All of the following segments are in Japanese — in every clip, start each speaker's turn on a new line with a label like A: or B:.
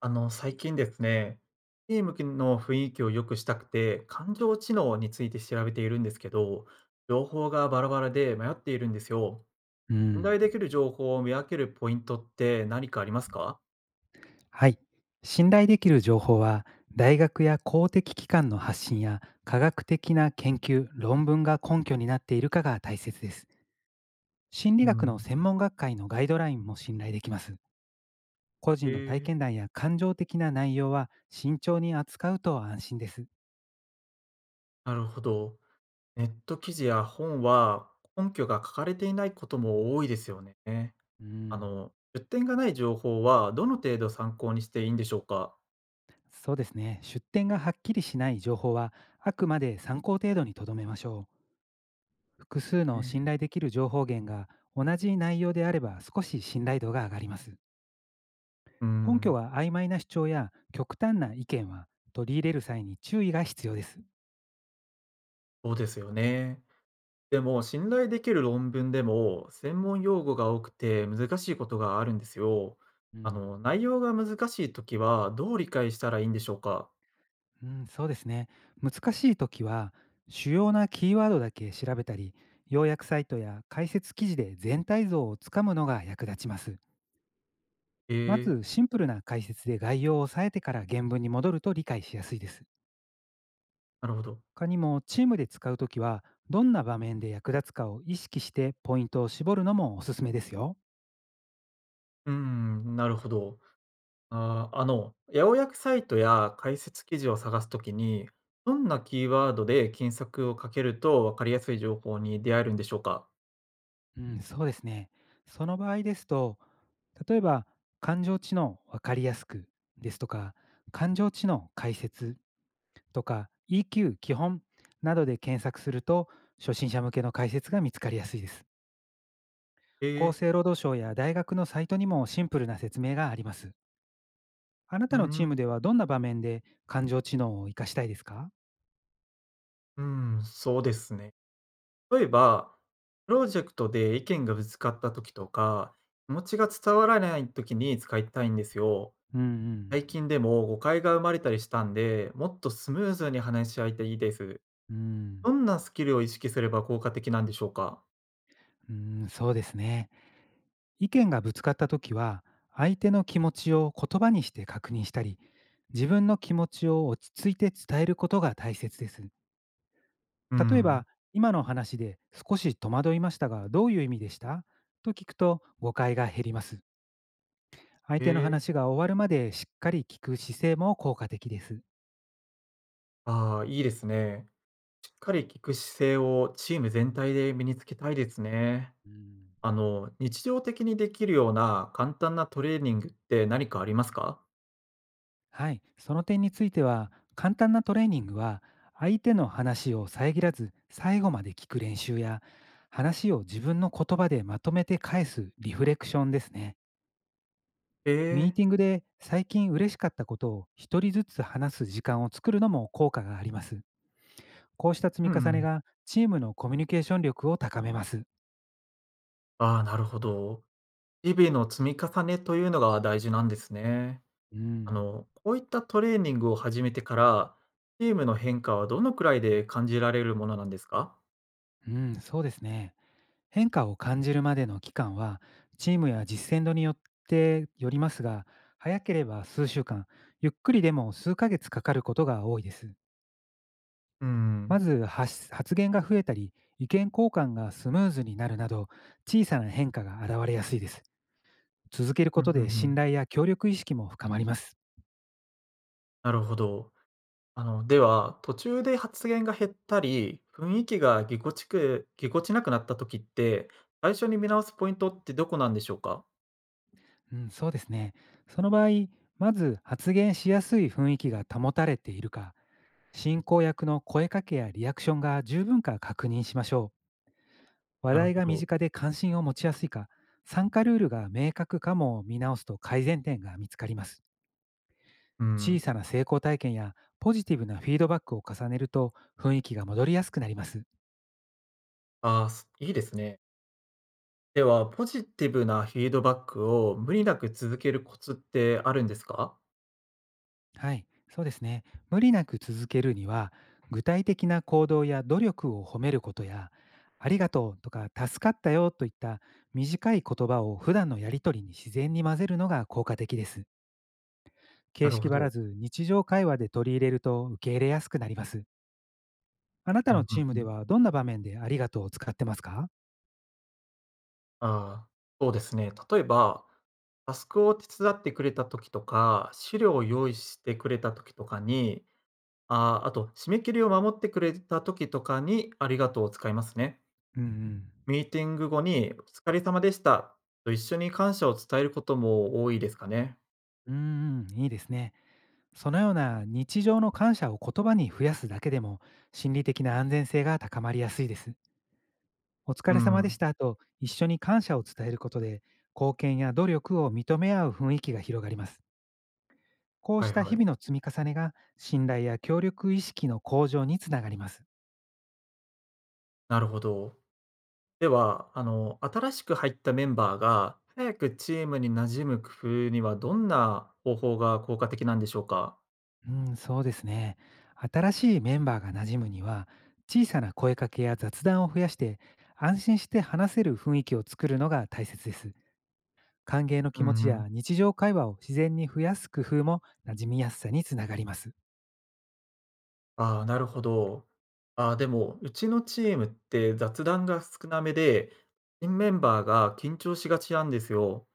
A: 最近ですね、ゲームきの雰囲気を良くしたくて、感情知能について調べているんですけど、情報がバラバラで迷っているんですよ。
B: う
A: 信
B: ん、
A: 頼できる情報を見分けるポイントって何かありますか？
B: はい。信頼できる情報は、大学や公的機関の発信や科学的な研究、論文が根拠になっているかが大切です。心理
A: う
B: 学の
A: ん、
B: 専門学会のガイドラインも信頼できます。個
A: え
B: 人の体
A: ー、
B: 験談や感情的な内容は慎重に扱うと安心です。
A: なるほど。ネット記事や本は根拠が書かれていないことも多いですよね。
B: うん、
A: 出典がない情報はどの程度参考にしていいんでしょうか？
B: そうですね。出典がはっきりしない情報は、あくまで参考程度にとどめましょう。複数
A: え
B: の
A: え。
B: 信頼できる情報源が同じ内容であれば少し信頼度が上がります。
A: う
B: 根拠
A: ん、
B: は曖昧な主張や極端な意見は取り入れる際に注意が必要です。
A: そうですよね。でも、信頼できる論文でも、専門用語が多くて難しいことがあるんですよ。
B: うん。
A: 内容が難しいときは、どう理解したらいいんでしょうか？
B: うん、そうですね。難しい時は主要なキーワードだけ調べたり、要約サイトや解説記事で全体像をつかむのが役立ちます。
A: え
B: ま
A: え。
B: ずシンプルな解説で概要を抑えてから原文に戻ると理解しやすいです。
A: なるほど。
B: 他にもチームで使うときはどんな場面で役立つかを意識してポイントを絞るのもおすすめですよ。
A: うーん、なるほど。あー、八百屋サイトや解説記事を探すときに、どんなキーワードで検索をかけると分かりやすい情報に出会えるんでしょうか？
B: うん、そうですね。その場合ですと例えば、感情知能わかりやすくですとか、感情知能解説とか EQ 基本などで検索すると、初心者向けの解説が見つかりやすいです。
A: え
B: 厚
A: え。
B: 生労働省や大学のサイトにもシンプルな説明があります。あな
A: うー
B: たのチー
A: ん、
B: ムではどんな場面で感情知能を活かしたいですか。
A: うーん、そうですね。例えば、プロジェクトで意見がぶつかった時とか、気持ちが伝わらない時に使いたいんですよ。
B: うんうん。
A: 最近でも誤解が生まれたりしたんで、もっとスムーズに話し合えていたいです。
B: うん、
A: どんなスキルを意識すれば効果的なんでしょうか？
B: うん、そうですね。意見がぶつかったときは、相手の気持ちを言葉にして確認したり、自分の気持ちを落ち着いて伝えることが大切です。
A: う
B: 例え
A: ん。
B: ば、今の話で少し戸惑いましたが、どういう意味でしたと聞くと誤解が減ります。相
A: へ
B: 手の
A: え。
B: 話が終わるまでしっかり聞く姿勢も効果的です。
A: ああ、いいですね。しっかり聞く姿勢をチーム全体で身につけたいですね。
B: うん。
A: 日常的にできるような簡単なトレーニングって何かありますか？
B: はい、その点については簡単なトレーニングは相手の話を遮らず最後まで聞く練習や話を自分の言葉でまとめて返すリフレクションですね。
A: え
B: ミー
A: え。
B: ティングで最近嬉しかったことを一人ずつ話す時間を作るのも効果があります。こうした積
A: う
B: み
A: んう
B: 重ね
A: ん。
B: がチームのコミュニケーション力を高めます。
A: ああ、なるほど。日々の積み重ねというのが大事なんですね。
B: うん、
A: こういったトレーニングを始めてから、チームの変化はどのくらいで感じられるものなんですか？
B: うん、そうですね。変化を感じるまでの期間は、チームや実践度によってよりますが、早ければ数週間、ゆっくりでも数ヶ月かかることが多いです。
A: う
B: ま
A: ん。
B: ず発言が増えたり、意見交換がスムーズになるなど、小さな変化が現れやすいです。続ける
A: う
B: こ
A: ん、う
B: と
A: んう
B: で信
A: ん。
B: 頼や協力意識も深まります。
A: なるほど。あの、では、途中で発言が減ったり、雰囲気がぎこちなくなった時って、最初に見直すポイントってどこなんでしょうか？
B: うん、そうですね。その場合、まず発言しやすい雰囲気が保たれているか、進行役の声かけやリアクションが十分か確認しましょう。話
A: なるほ
B: 題が身
A: ど。
B: 近で関心を持ちやすいか、参加ルールが明確かもを見直すと改善点が見つかります。
A: うん。
B: 小さな成功体験やポジティブなフィードバックを重ねると雰囲気が戻りやすくなります。
A: ああ、すいいですね。では、ポジティブなフィードバックを無理なく続けるコツってあるんですか？
B: はい、そうですね。無理なく続けるには、具体的な行動や努力を褒めることや、ありがとうとか助かったよといった短い言葉を普段のやりとりに自然に混ぜるのが効果的です。
A: な
B: 形
A: る
B: 式
A: ほ
B: ば
A: ど。
B: らず日常会話で取り入れると受け入れやすくなります。あなた
A: う
B: の
A: んう
B: チ
A: ん
B: ーム
A: う
B: で
A: ん。
B: はどんな場面でありがとうを使ってますか？
A: ああ、そうですね。例えば、タスクを手伝ってくれた時とか、資料を用意してくれた時とかに、ああ、あと締め切りを守ってくれた時とかに、ありがとうを使いますね。
B: うんうん。
A: ミーティング後に、お疲れ様でしたと一緒に感謝を伝えることも多いですかね。
B: うんうん、いいですね。そのような日常の感謝を言葉に増やすだけでも、心理的な安全性が高まりやすいです。お疲
A: う
B: れ様で
A: ん。
B: したと一緒に感謝を伝えることで、貢献や努力を認め合う雰囲気が広がります。こう
A: はい
B: した
A: は
B: 日
A: い。
B: 々の積み重ねが信頼や協力意識の向上につながります。
A: なるほど。では、新しく入ったメンバーが、早くチームに馴染む工夫にはどんな方法が効果的なんでしょうか？
B: うん、そうですね。新しいメンバーが馴染むには、小さな声かけや雑談を増やして、安心して話せる雰囲気を作るのが大切です。歓迎の
A: う
B: 気持
A: んう
B: ち
A: ん。
B: や日常会話を自然に増やす工夫も馴染みやすさにつながります。
A: ああ、なるほど。ああ、でも、うちのチームって雑談が少なめで、新メンバーが緊張しがちなんですよ。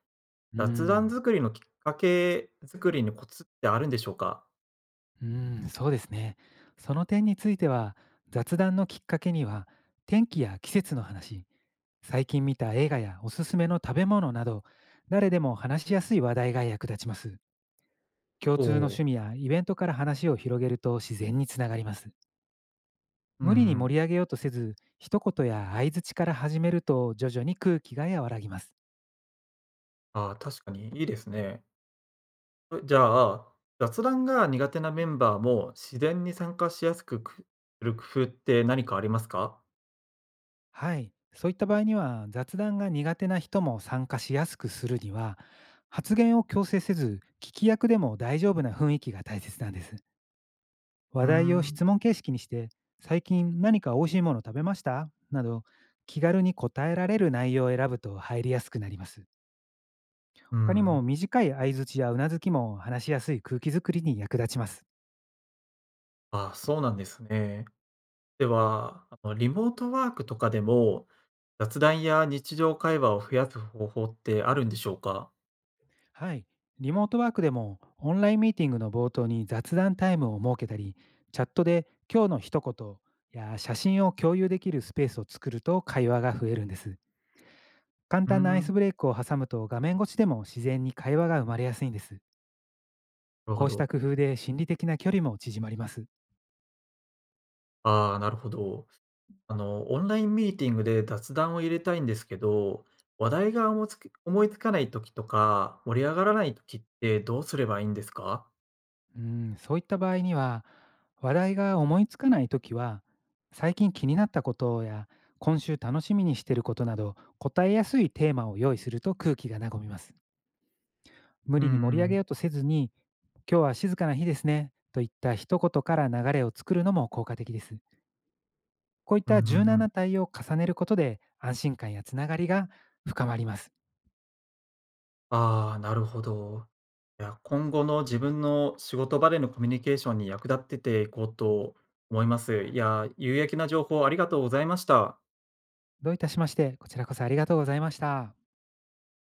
B: う
A: 雑談
B: ん、
A: 作りのきっかけ作りにコツってあるんでしょうか？
B: うん、そうですね。その点については、雑談のきっかけには、天気や季節の話、最近見た映画やおすすめの食べ物など、誰でも話しやすい話題が役立ちます。共
A: お
B: 通の
A: お。
B: 趣味やイベントから話を広げると自然につながります。
A: うんう
B: 無理に
A: ん。
B: 盛り上げようとせず、一言や相槌から始めると徐々に空気が和らぎます。
A: ああ、確かにいいですね。えじゃあ、雑談が苦手なメンバーも自然に参加しやすくする工夫って何かありますか？
B: はい。そういった場合には、雑談が苦手な人も参加しやすくするには、発言を強制せず、聞き役でも大丈夫な雰囲気が大切なんです。
A: うー
B: 話題を
A: ん。
B: 質問形式にして、最近何か美味しいもの食べましたなど、気軽に答えられる内容を選ぶと入りやすくなります。
A: う
B: 他に
A: ん。
B: も短い相槌やうなずきも話しやすい空気づくりに役立ちます。
A: ああ、そうなんですね。では、リモートワークとかでも、雑談や日常会話を増やす方法ってあるんでしょうか？
B: はい。リモートワークでもオンラインミーティングの冒頭に雑談タイムを設けたり、チャットで今日の一言や写真を共有できるスペースを作ると会話が増えるんです。簡
A: うー
B: 単なア
A: ん、
B: イ
A: な
B: スブレイクを挟むと画面越しでも自然に会話が生まれやすいんです。
A: るほ
B: こうし
A: ど。
B: た工夫で心理的な距離も縮まります。
A: ああ、なるほど。オンラインミーティングで雑談を入れたいんですけど、話題が思いつかない時とか、盛り上がらない時ってどうすればいいんですか？
B: うん、そういった場合には、話題が思いつかないときは、最近気になったことや、今週楽しみにしていることなど、答えやすいテーマを用意すると空気が和みます。無
A: うんう
B: 理に盛り上げ
A: ん。
B: ようとせずに、今日は静かな日ですね、といった一言から流れを作るのも効果的です。こういっ
A: ううんう
B: た柔軟
A: ん。
B: な対応を重ねることで、安心感やつながりが深まります。
A: ああ、なるほど。いや、今後の自分の仕事場でのコミュニケーションに役立ってていこうと思います。いや、有益な情報ありがとうございました。
B: どういたしまして、こちらこそありがとうございました。